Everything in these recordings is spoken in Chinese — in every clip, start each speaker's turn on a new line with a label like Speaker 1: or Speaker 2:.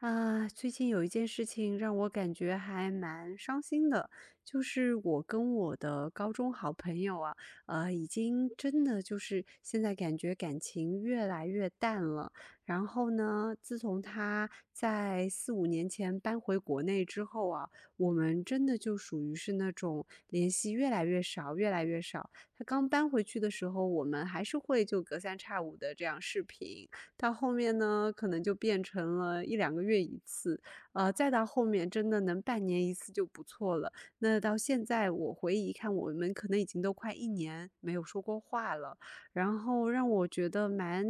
Speaker 1: 啊，最近有一件事情让我感觉还蛮伤心的，就是我跟我的高中好朋友啊，已经真的就是现在感觉感情越来越淡了。然后呢，自从他在四五年前搬回国内之后啊，我们真的就属于是那种联系越来越少，越来越少。他刚搬回去的时候，我们还是会就隔三差五的这样视频，到后面呢，可能就变成了一两个月一次，再到后面真的能半年一次就不错了。那到现在我回忆一看，我们可能已经都快一年没有说过话了。然后让我觉得蛮，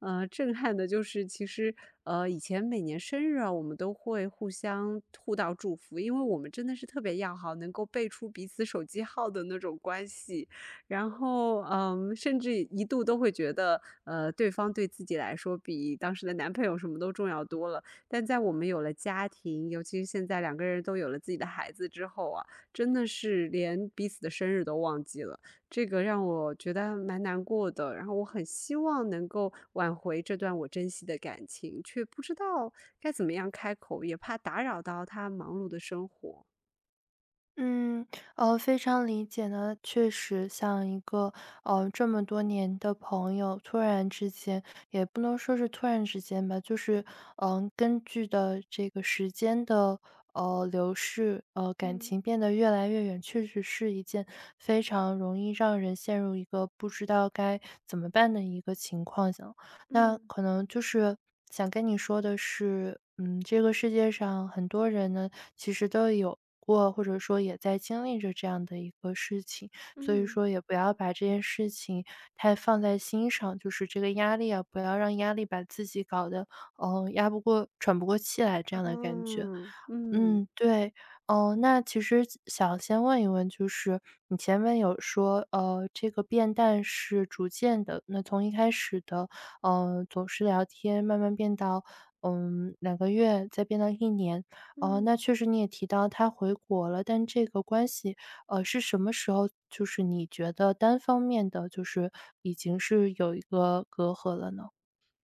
Speaker 1: 呃，震撼的就是，其实以前每年生日啊，我们都会互相互道祝福，因为我们真的是特别要好，能够背出彼此手机号的那种关系。然后，嗯，甚至一度都会觉得，对方对自己来说比当时的男朋友什么都重要多了。但在我们有了家庭，尤其是现在两个人都有了自己的孩子之后啊，真的是连彼此的生日都忘记了，这个让我觉得蛮难过的。然后我很希望能够挽回这段我珍惜的感情，却不知道该怎么样开口，也怕打扰到他忙碌的生活。
Speaker 2: 嗯，非常理解呢。确实，像一个这么多年的朋友，突然之间，也不能说是突然之间吧，就是根据的这个时间的流逝，感
Speaker 1: 嗯
Speaker 2: 情变得越来越远，确实是一件非常容易让人陷入一个不知道该怎么办的一个情况下。那
Speaker 1: 嗯
Speaker 2: 可能就是想跟你说的是，嗯，这个世界上很多人呢，其实都有过，或者说也在经历着这样的一个事情，所以
Speaker 1: 嗯
Speaker 2: 说也不要把这件事情太放在心上，就是这个压力啊，不要让压力把自己搞得，压不过、喘不过气来这样的感觉。
Speaker 1: 嗯嗯。
Speaker 2: 嗯，对。哦，那其实想先问一问，就是你前面有说，这个变淡是逐渐的，那从一开始的，总是聊天，慢慢变到，嗯2个月，再变到1年。哦，那
Speaker 1: 嗯
Speaker 2: 确实你也提到他回国了，但这个关系，是什么时候就是你觉得单方面的，就是已经是有一个隔阂了呢？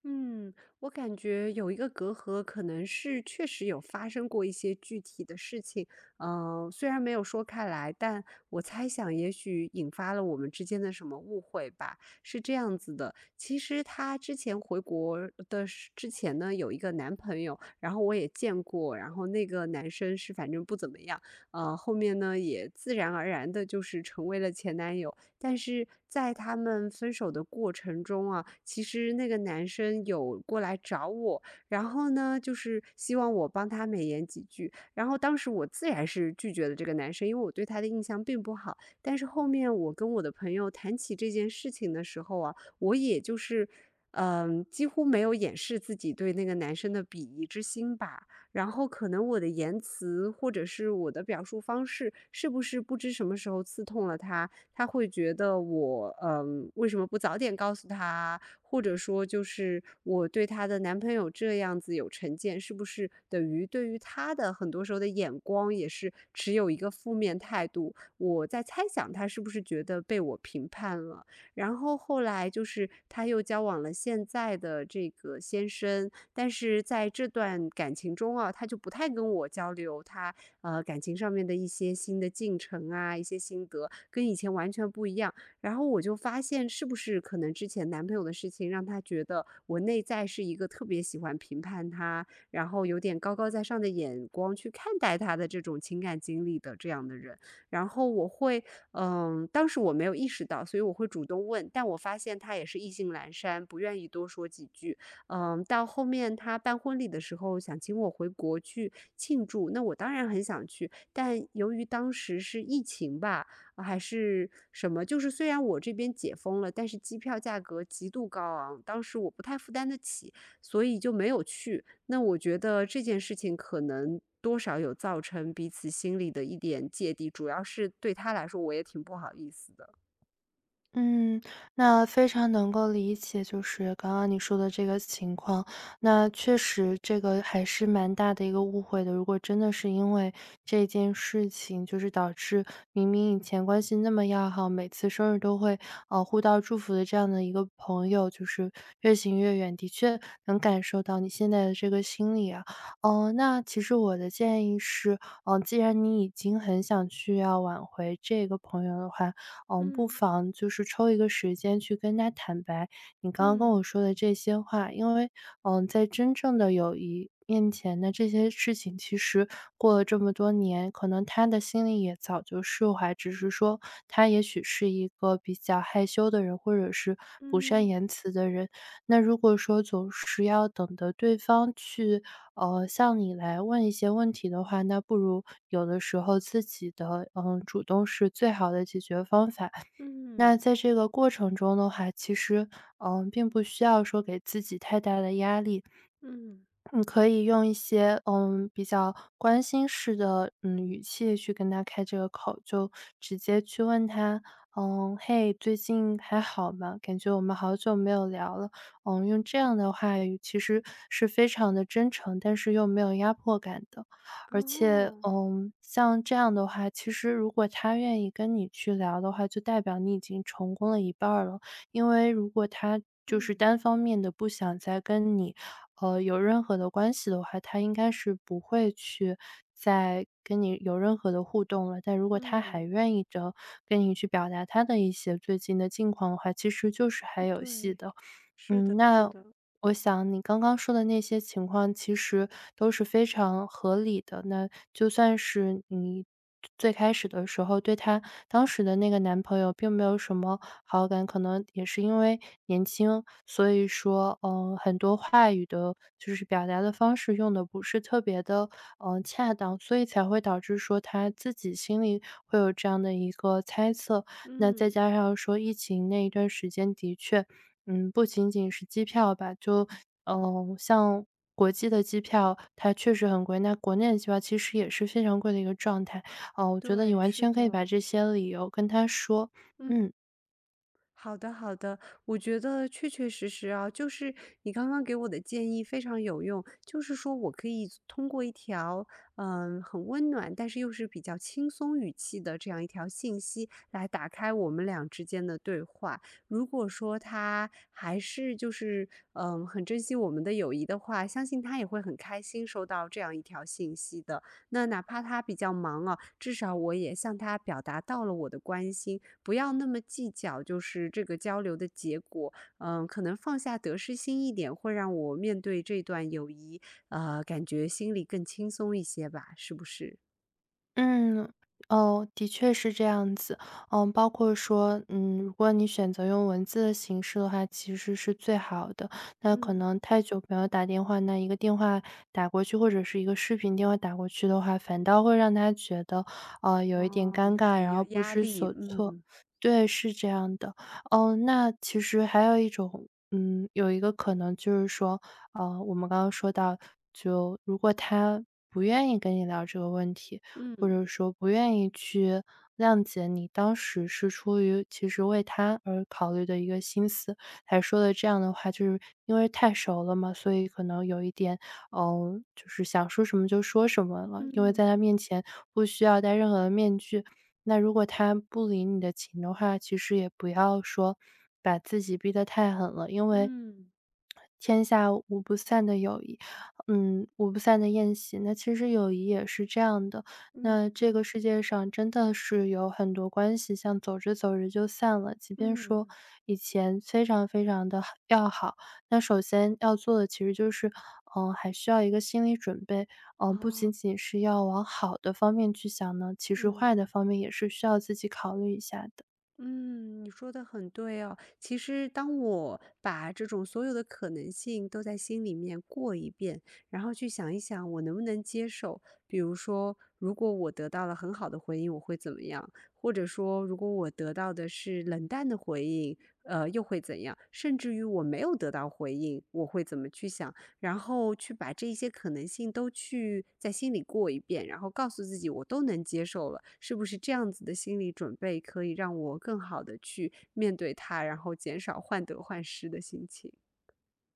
Speaker 1: 嗯，我感觉有一个隔阂，可能是确实有发生过一些具体的事情，虽然没有说开来，但我猜想也许引发了我们之间的什么误会吧。是这样子的，其实她之前回国之前呢，有一个男朋友，然后我也见过，然后那个男生是反正不怎么样，后面呢也自然而然的就是成为了前男友。但是在他们分手的过程中啊，其实那个男生有过来找我，然后呢，就是希望我帮他美言几句。然后当时我自然是拒绝了这个男生，因为我对他的印象并不好。但是后面我跟我的朋友谈起这件事情的时候啊，我也就是。嗯，几乎没有掩饰自己对那个男生的鄙夷之心吧。然后可能我的言辞或者是我的表述方式，是不是不知什么时候刺痛了他，他会觉得我，嗯，为什么不早点告诉他？或者说，就是我对她的男朋友这样子有成见，是不是等于对于她的很多时候的眼光也是持有一个负面态度？我在猜想她是不是觉得被我评判了。然后后来就是她又交往了现在的这个先生，但是在这段感情中啊，她就不太跟我交流她感情上面的一些新的进程啊，一些心得，跟以前完全不一样。然后我就发现，是不是可能之前男朋友的事情让他觉得我内在是一个特别喜欢评判他，然后有点高高在上的眼光去看待他的这种情感经历的这样的人。然后我会，嗯，当时我没有意识到，所以我会主动问，但我发现他也是意兴阑珊，不愿意多说几句。嗯，到后面他办婚礼的时候想请我回国去庆祝，那我当然很想去，但由于当时是疫情吧，啊还是什么，就是虽然我这边解封了，但是机票价格极度高昂，当时我不太负担得起，所以就没有去。那我觉得这件事情可能多少有造成彼此心里的一点芥蒂，主要是对他来说，我也挺不好意思的。
Speaker 2: 嗯，那非常能够理解，就是刚刚你说的这个情况。那确实，这个还是蛮大的一个误会的。如果真的是因为这件事情，就是导致明明以前关系那么要好，每次生日都会互道祝福的这样的一个朋友，就是越行越远，的确能感受到你现在的这个心理啊。哦，那其实我的建议是，既然你已经很想去要挽回这个朋友的话，嗯，不
Speaker 1: 嗯
Speaker 2: 妨就是抽一个时间去跟他坦白你刚刚跟我
Speaker 1: 嗯
Speaker 2: 说的这些话。因为，嗯，在真正的友谊面前呢，这些事情其实过了这么多年，可能他的心里也早就释怀，只是说他也许是一个比较害羞的人，或者是不善
Speaker 1: 嗯
Speaker 2: 言辞的人。那如果说总是要等着对方去，向你来问一些问题的话，那不如有的时候自己的，嗯，主动是最好的解决方法。那
Speaker 1: 嗯
Speaker 2: 在这个过程中的话，其实，嗯，并不需要说给自己太大的压力。
Speaker 1: 嗯，
Speaker 2: 你可以用一些，嗯，比较关心式的，嗯，语气去跟他开这个口，就直接去问他，嗯，嘿，最近还好吗？感觉我们好久没有聊了。嗯，用这样的话语其实是非常的真诚，但是又没有压迫感的。而且，
Speaker 1: 哦。
Speaker 2: 嗯，像这样的话，其实如果他愿意跟你去聊的话，就代表你已经成功了一半儿了。因为如果他就是
Speaker 1: 嗯，
Speaker 2: 单方面的不想再跟你，有任何的关系的话，他应该是不会去再跟你有任何的互动了。但如果他还
Speaker 1: 嗯，
Speaker 2: 愿意的跟你去表达他的一些最近的近况的话，其实就是还有戏
Speaker 1: 对，
Speaker 2: 的。
Speaker 1: 是
Speaker 2: 嗯，
Speaker 1: 的，是
Speaker 2: 那
Speaker 1: 的，
Speaker 2: 我想你刚刚说的那些情况其实都是非常合理的。那就算是你最开始的时候对她当时的那个男朋友并没有什么好感，可能也是因为年轻，所以说，很多话语的，就是表达的方式用的不是特别的，恰当，所以才会导致说他自己心里会有这样的一个猜测。那再
Speaker 1: 嗯，
Speaker 2: 加上说疫情那一段时间的确，嗯，不仅仅是机票吧，就像国际的机票它确实很贵，那国内的机票其实也是非常贵的一个状态。哦，我觉得你
Speaker 1: 对，
Speaker 2: 完
Speaker 1: 是
Speaker 2: 全可以把
Speaker 1: 的，
Speaker 2: 这些理由跟他说，
Speaker 1: 嗯，
Speaker 2: 嗯。
Speaker 1: 好的，好的，我觉得确确实实啊，就是你刚刚给我的建议非常有用，就是说我可以通过一条嗯很温暖，但是又是比较轻松语气的这样一条信息来打开我们俩之间的对话。如果说他还是就是嗯很珍惜我们的友谊的话，相信他也会很开心收到这样一条信息的。那哪怕他比较忙啊，至少我也向他表达到了我的关心，不要那么计较，就是这个交流的结果。嗯，可能放下得失心一点，会让我面对这段友谊，感觉心里更轻松一些吧，是不是？
Speaker 2: 嗯，哦，的确是这样子。嗯，包括说，嗯，如果你选择用文字的形式的话，其实是最好的。那可
Speaker 1: 嗯。
Speaker 2: 能太久没有打电话，那一个电话打过去，或者是一个视频电话打过去的话，反倒会让他觉得，有一点
Speaker 1: 哦，
Speaker 2: 尴
Speaker 1: 有
Speaker 2: 尬，
Speaker 1: 点
Speaker 2: 然
Speaker 1: 有
Speaker 2: 后不
Speaker 1: 压
Speaker 2: 知
Speaker 1: 力，
Speaker 2: 所措。
Speaker 1: 嗯。
Speaker 2: 对，是这样的。哦，那其实还有一种，嗯，有一个可能就是说，我们刚刚说到，就如果他不愿意跟你聊这个问题，或
Speaker 1: 嗯
Speaker 2: 者说不愿意去谅解你当时是出于其实为他而考虑的一个心思，才说了这样的话。就是因为太熟了嘛，所以可能有一点，嗯，就是想说什么就说什么了，因为
Speaker 1: 嗯
Speaker 2: 在他面前不需要戴任何的面具。那如果他不理你的情的话，其实也不要说把自己逼得太狠了，因为
Speaker 1: 嗯
Speaker 2: 天下无不散的友谊，嗯，无不散的宴席。那其实友谊也是这样的，
Speaker 1: 嗯，
Speaker 2: 那这
Speaker 1: 对，
Speaker 2: 个世界上真的是有很多关系，像走着走着就散了，即便说
Speaker 1: 嗯
Speaker 2: 以前非常非常的要好，那首先要做的其实就是，嗯，还需要一个心理准备，嗯，不
Speaker 1: 哦。
Speaker 2: 仅仅是要往好的方面去想呢，其实坏的
Speaker 1: 嗯。
Speaker 2: 方面也是需要自己考虑一下的。
Speaker 1: 嗯，你说的很对哦。其实，当我把这种所有的可能性都在心里面过一遍，然后去想一想我能不能接受。比如说，如果我得到了很好的回应，我会怎么样？或者说，如果我得到的是冷淡的回应，又会怎样？甚至于我没有得到回应，我会怎么去想？然后去把这一些可能性都去在心里过一遍，然后告诉自己我都能接受了，是不是这样子的心理准备可以让我更好的去面对它，然后减少患得患失的心情。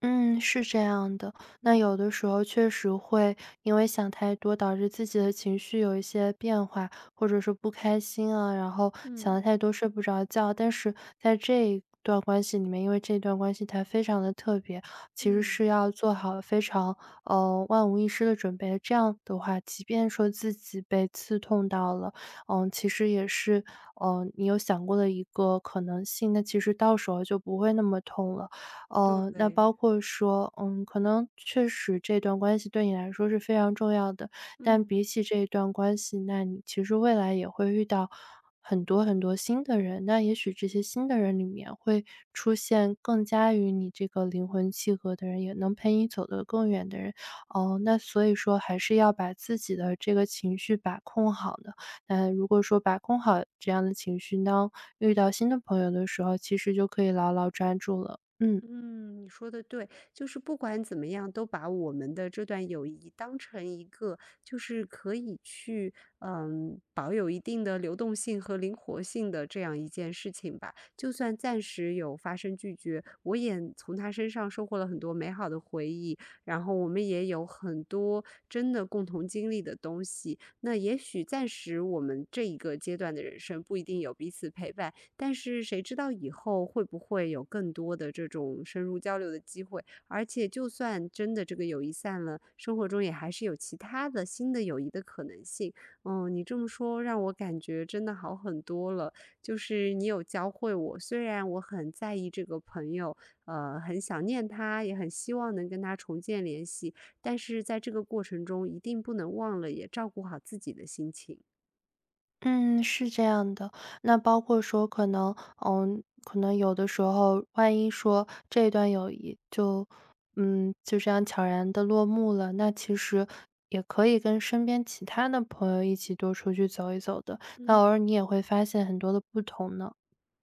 Speaker 2: 嗯，是这样的。那
Speaker 1: 嗯
Speaker 2: 有的时候确实会因为想太多，导致自己的情绪有一些变化，或者说不开心啊，然后想的
Speaker 1: 嗯
Speaker 2: 太多睡不着觉。但是在这一段关系里面，因为这段关系它非常的特别，其实
Speaker 1: 嗯，
Speaker 2: 是要做好非常万无一失的准备的这样的话，即便说自己被刺痛到了，嗯，其实也是你有想过的一个可能性，那其实到时候就不会那么痛了。哦，那
Speaker 1: 对。
Speaker 2: 包括说，嗯，可能确实这段关系对你来说是非常重要的，但
Speaker 1: 嗯。
Speaker 2: 比起这一段关系，那你其实未来也会遇到很多很多新的人，那也许这些新的人里面会出现更加与你这个灵魂契合的人，也能陪你走得更远的人。哦，那所以说还是要把自己的这个情绪把控好的。那如果说把控好这样的情绪，当遇到新的朋友的时候，其实就可以牢牢抓住了。嗯。
Speaker 1: 嗯，你说的对，就是不管怎么样，都把我们的这段友谊当成一个，就是可以去，嗯，保有一定的流动性和灵活性的这样一件事情吧。就算暂时有发生拒绝，我也从他身上收获了很多美好的回忆，然后我们也有很多真的共同经历的东西。那也许暂时我们这一个阶段的人生不一定有彼此陪伴，但是谁知道以后会不会有更多的这种深入交流的机会？而且就算真的这个友谊散了，生活中也还是有其他的新的友谊的可能性。嗯，你这么说让我感觉真的好很多了。就是你有教会我，虽然我很在意这个朋友，很想念他，也很希望能跟他重建联系，但是在这个过程中，一定不能忘了也照顾好自己的心情。
Speaker 2: 嗯，是这样的。那包括说可能，嗯，可能有的时候，万一说这段友谊就，嗯，就这样悄然的落幕了，那其实也可以跟身边其他的朋友一起多出去走一走的。那偶
Speaker 1: 嗯。
Speaker 2: 尔你也会发现很多的不同呢。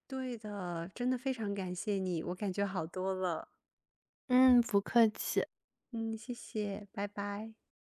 Speaker 1: 对的，真的非常感谢你，我感觉好多了。
Speaker 2: 嗯，不客气。
Speaker 1: 嗯，谢谢，拜拜。